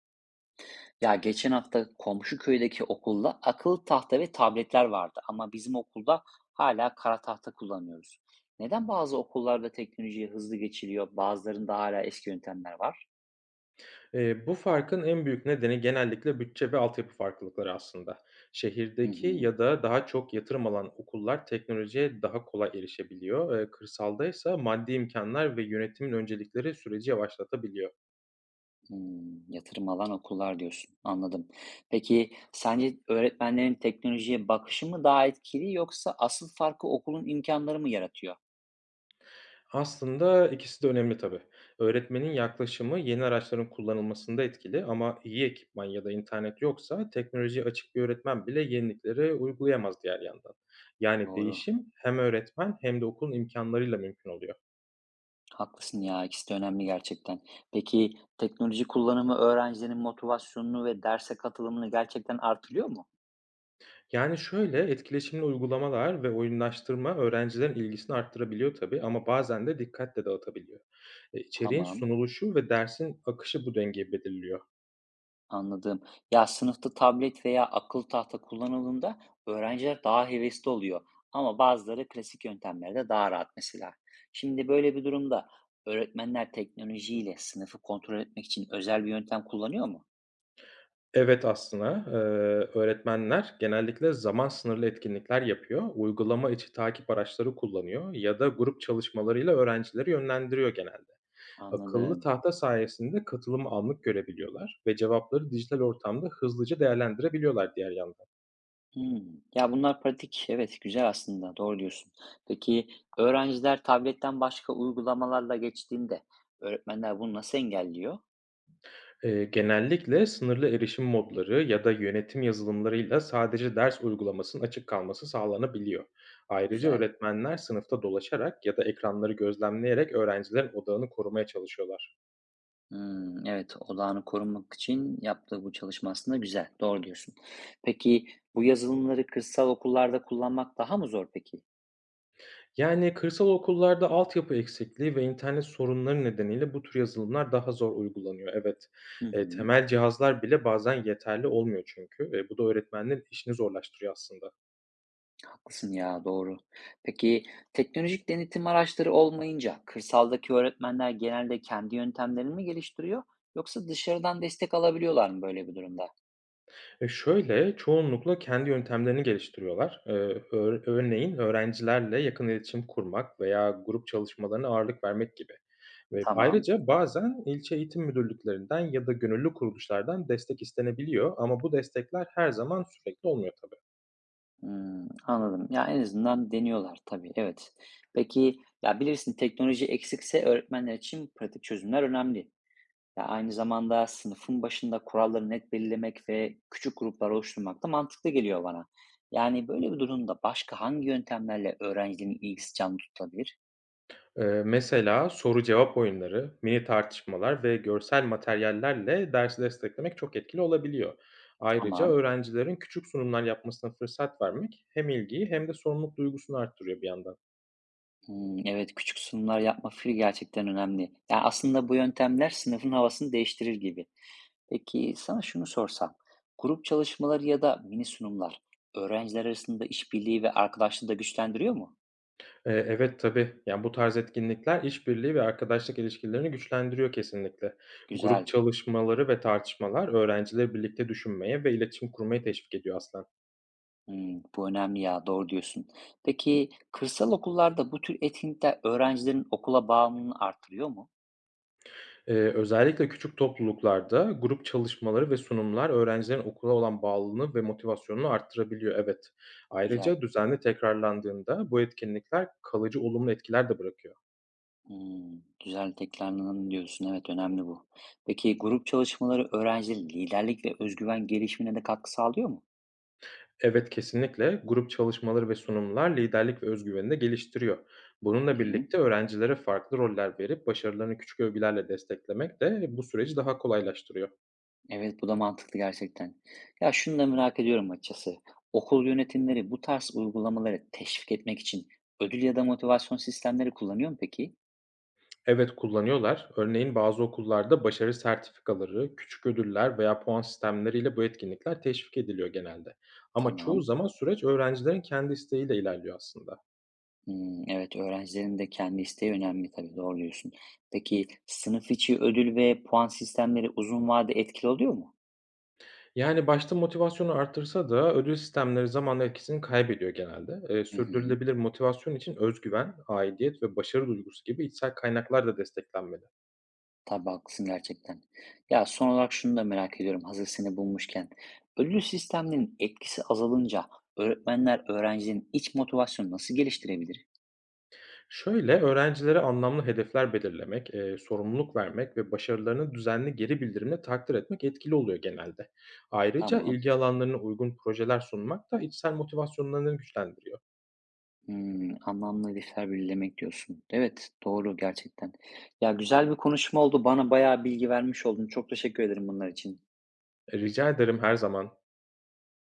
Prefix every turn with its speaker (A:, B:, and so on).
A: Ya geçen hafta komşu köydeki okulda akıllı tahta ve tabletler vardı ama bizim okulda hala kara tahta kullanıyoruz. Neden bazı okullarda teknolojiye hızlı geçiliyor, bazılarında hala eski yöntemler var?
B: Bu farkın en büyük nedeni genellikle bütçe ve altyapı farklılıkları aslında.
A: Hı
B: Şehirdeki
A: hı.
B: ya da daha çok yatırım alan okullar teknolojiye daha kolay erişebiliyor. Kırsalda ise maddi imkanlar ve yönetimin öncelikleri süreci yavaşlatabiliyor.
A: Hmm, yatırım alan okullar diyorsun. Anladım. Peki sence öğretmenlerin teknolojiye bakışı mı daha etkili yoksa asıl farkı okulun imkanları mı yaratıyor?
B: Aslında ikisi de önemli tabii. Öğretmenin yaklaşımı yeni araçların kullanılmasında etkili ama iyi ekipman ya da internet yoksa teknolojiye açık bir öğretmen bile yenilikleri uygulayamaz diğer yandan. Yani
A: Doğru.
B: değişim hem öğretmen hem de okulun imkanlarıyla mümkün oluyor.
A: Haklısın ya, ikisi de önemli gerçekten. Peki teknoloji kullanımı öğrencilerin motivasyonunu ve derse katılımını gerçekten artırıyor mu?
B: Yani, şöyle, etkileşimli uygulamalar ve oyunlaştırma öğrencilerin ilgisini arttırabiliyor tabii ama bazen de dikkat de dağıtabiliyor. İçeriğin
A: Tamam,
B: sunuluşu ve dersin akışı bu dengeyi belirliyor.
A: anladım. Ya sınıfta tablet veya akıllı tahta kullanıldığında öğrenciler daha hevesli oluyor. Ama bazıları klasik yöntemlerde daha rahat mesela. Şimdi böyle bir durumda öğretmenler teknolojiyle sınıfı kontrol etmek için özel bir yöntem kullanıyor mu?
B: Evet, aslında, öğretmenler genellikle zaman sınırlı etkinlikler yapıyor, uygulama içi takip araçları kullanıyor ya da grup çalışmalarıyla öğrencileri yönlendiriyor genelde. Akıllı
A: Anladım.
B: tahta sayesinde katılımı anlık görebiliyorlar ve cevapları dijital ortamda hızlıca değerlendirebiliyorlar diğer yandan.
A: Hımm. Ya, bunlar pratik, evet, güzel aslında, doğru diyorsun. Peki, öğrenciler tabletten başka uygulamalarla geçtiğinde öğretmenler bunu nasıl engelliyor?
B: Genellikle sınırlı erişim modları ya da yönetim yazılımlarıyla sadece ders uygulamasının açık kalması sağlanabiliyor. Ayrıca
A: Güzel.
B: öğretmenler sınıfta dolaşarak ya da ekranları gözlemleyerek öğrencilerin odağını korumaya çalışıyorlar.
A: Hımm, evet, odağını korumak için yaptığı bu çalışma aslında güzel, doğru diyorsun. Peki, bu yazılımları kırsal okullarda kullanmak daha mı zor peki?
B: Yani kırsal okullarda altyapı eksikliği ve internet sorunları nedeniyle bu tür yazılımlar daha zor uygulanıyor. Evet,
A: Hı hı.
B: temel cihazlar bile bazen yeterli olmuyor çünkü. Bu da öğretmenlerin işini zorlaştırıyor aslında.
A: Haklısın ya, doğru. Peki teknolojik denetim araçları olmayınca kırsaldaki öğretmenler genelde kendi yöntemlerini mi geliştiriyor yoksa dışarıdan destek alabiliyorlar mı böyle bir durumda?
B: Şöyle, çoğunlukla kendi yöntemlerini geliştiriyorlar. Ör örneğin öğrencilerle yakın iletişim kurmak veya grup çalışmalarına ağırlık vermek gibi. Ve
A: Tamam.
B: ayrıca bazen ilçe eğitim müdürlüklerinden ya da gönüllü kuruluşlardan destek istenebiliyor ama bu destekler her zaman sürekli olmuyor tabii.
A: Hmm, anladım. Ya en azından deniyorlar tabii. Evet. Peki ya bilirsin teknoloji eksikse öğretmenler için pratik çözümler önemli. Ya, aynı zamanda sınıfın başında kuralları net belirlemek ve küçük gruplar oluşturmak da mantıklı geliyor bana. Yani böyle bir durumda başka hangi yöntemlerle öğrencinin ilgisi canlı tutulabilir?
B: Mesela soru-cevap oyunları, mini tartışmalar ve görsel materyallerle dersi desteklemek çok etkili olabiliyor. Ayrıca
A: Tamam.
B: öğrencilerin küçük sunumlar yapmasına fırsat vermek hem ilgiyi hem de sorumluluk duygusunu arttırıyor bir yandan.
A: Hmm, evet, küçük sunumlar yapma fikri gerçekten önemli. Yani aslında bu yöntemler sınıfın havasını değiştirir gibi. Peki sana şunu sorsam, grup çalışmaları ya da mini sunumlar öğrenciler arasında işbirliği ve arkadaşlığı da güçlendiriyor mu?
B: Evet tabii. Yani bu tarz etkinlikler işbirliği ve arkadaşlık ilişkilerini güçlendiriyor kesinlikle.
A: Güzel.
B: Grup çalışmaları ve tartışmalar öğrencileri birlikte düşünmeye ve iletişim kurmaya teşvik ediyor aslında.
A: Hımm, bu önemli ya, doğru diyorsun. Peki kırsal okullarda bu tür etkinlikler öğrencilerin okula bağımlılığını artırıyor mu?
B: Özellikle küçük topluluklarda grup çalışmaları ve sunumlar öğrencilerin okula olan bağlılığını ve motivasyonunu arttırabiliyor, evet.
A: Güzel.
B: Ayrıca düzenli tekrarlandığında bu etkinlikler kalıcı olumlu etkiler de bırakıyor.
A: Hımm, güzel tekrarlanalım diyorsun. Evet, önemli bu. Peki grup çalışmaları öğrencilerin liderlik ve özgüven gelişimine de katkı sağlıyor mu?
B: Evet, kesinlikle grup çalışmaları ve sunumlar liderlik ve özgüvenini de geliştiriyor.
A: Hı
B: Bununla
A: hı.
B: birlikte öğrencilere farklı roller verip başarılarını küçük övgülerle desteklemek de bu süreci daha kolaylaştırıyor.
A: Evet, bu da mantıklı gerçekten. Ya şunu da merak ediyorum açıkçası. Okul yönetimleri bu tarz uygulamaları teşvik etmek için ödül ya da motivasyon sistemleri kullanıyor mu peki?
B: Evet, kullanıyorlar. Örneğin bazı okullarda başarı sertifikaları, küçük ödüller veya puan sistemleriyle bu etkinlikler teşvik ediliyor genelde. Ama çoğu
A: Tamam.
B: zaman süreç öğrencilerin kendi isteğiyle ilerliyor aslında.
A: Hımm, evet, öğrencilerin de kendi isteği önemli tabii, doğru diyorsun. Peki, sınıf içi ödül ve puan sistemleri uzun vadede etkili oluyor mu?
B: Yani başta motivasyonu artırsa da ödül sistemleri zamanla etkisini kaybediyor genelde.
A: Hı hı.
B: Sürdürülebilir motivasyon için özgüven, aidiyet ve başarı duygusu gibi içsel kaynaklar da desteklenmeli.
A: Tabii, haklısın gerçekten. Ya, son olarak şunu da merak ediyorum hazır seni bulmuşken. Ödül sisteminin etkisi azalınca öğretmenler öğrencinin iç motivasyonu nasıl geliştirebilir?
B: Şöyle, öğrencilere anlamlı hedefler belirlemek, sorumluluk vermek ve başarılarını düzenli geri bildirimle takdir etmek etkili oluyor genelde. Ayrıca
A: Tamam.
B: ilgi alanlarına uygun projeler sunmak da içsel motivasyonlarını güçlendiriyor.
A: Hımm, anlamlı hedefler belirlemek diyorsun. Evet, doğru gerçekten. Ya, güzel bir konuşma oldu. Bana bayağı bilgi vermiş oldun. Çok teşekkür ederim bunlar için.
B: Rica ederim her zaman.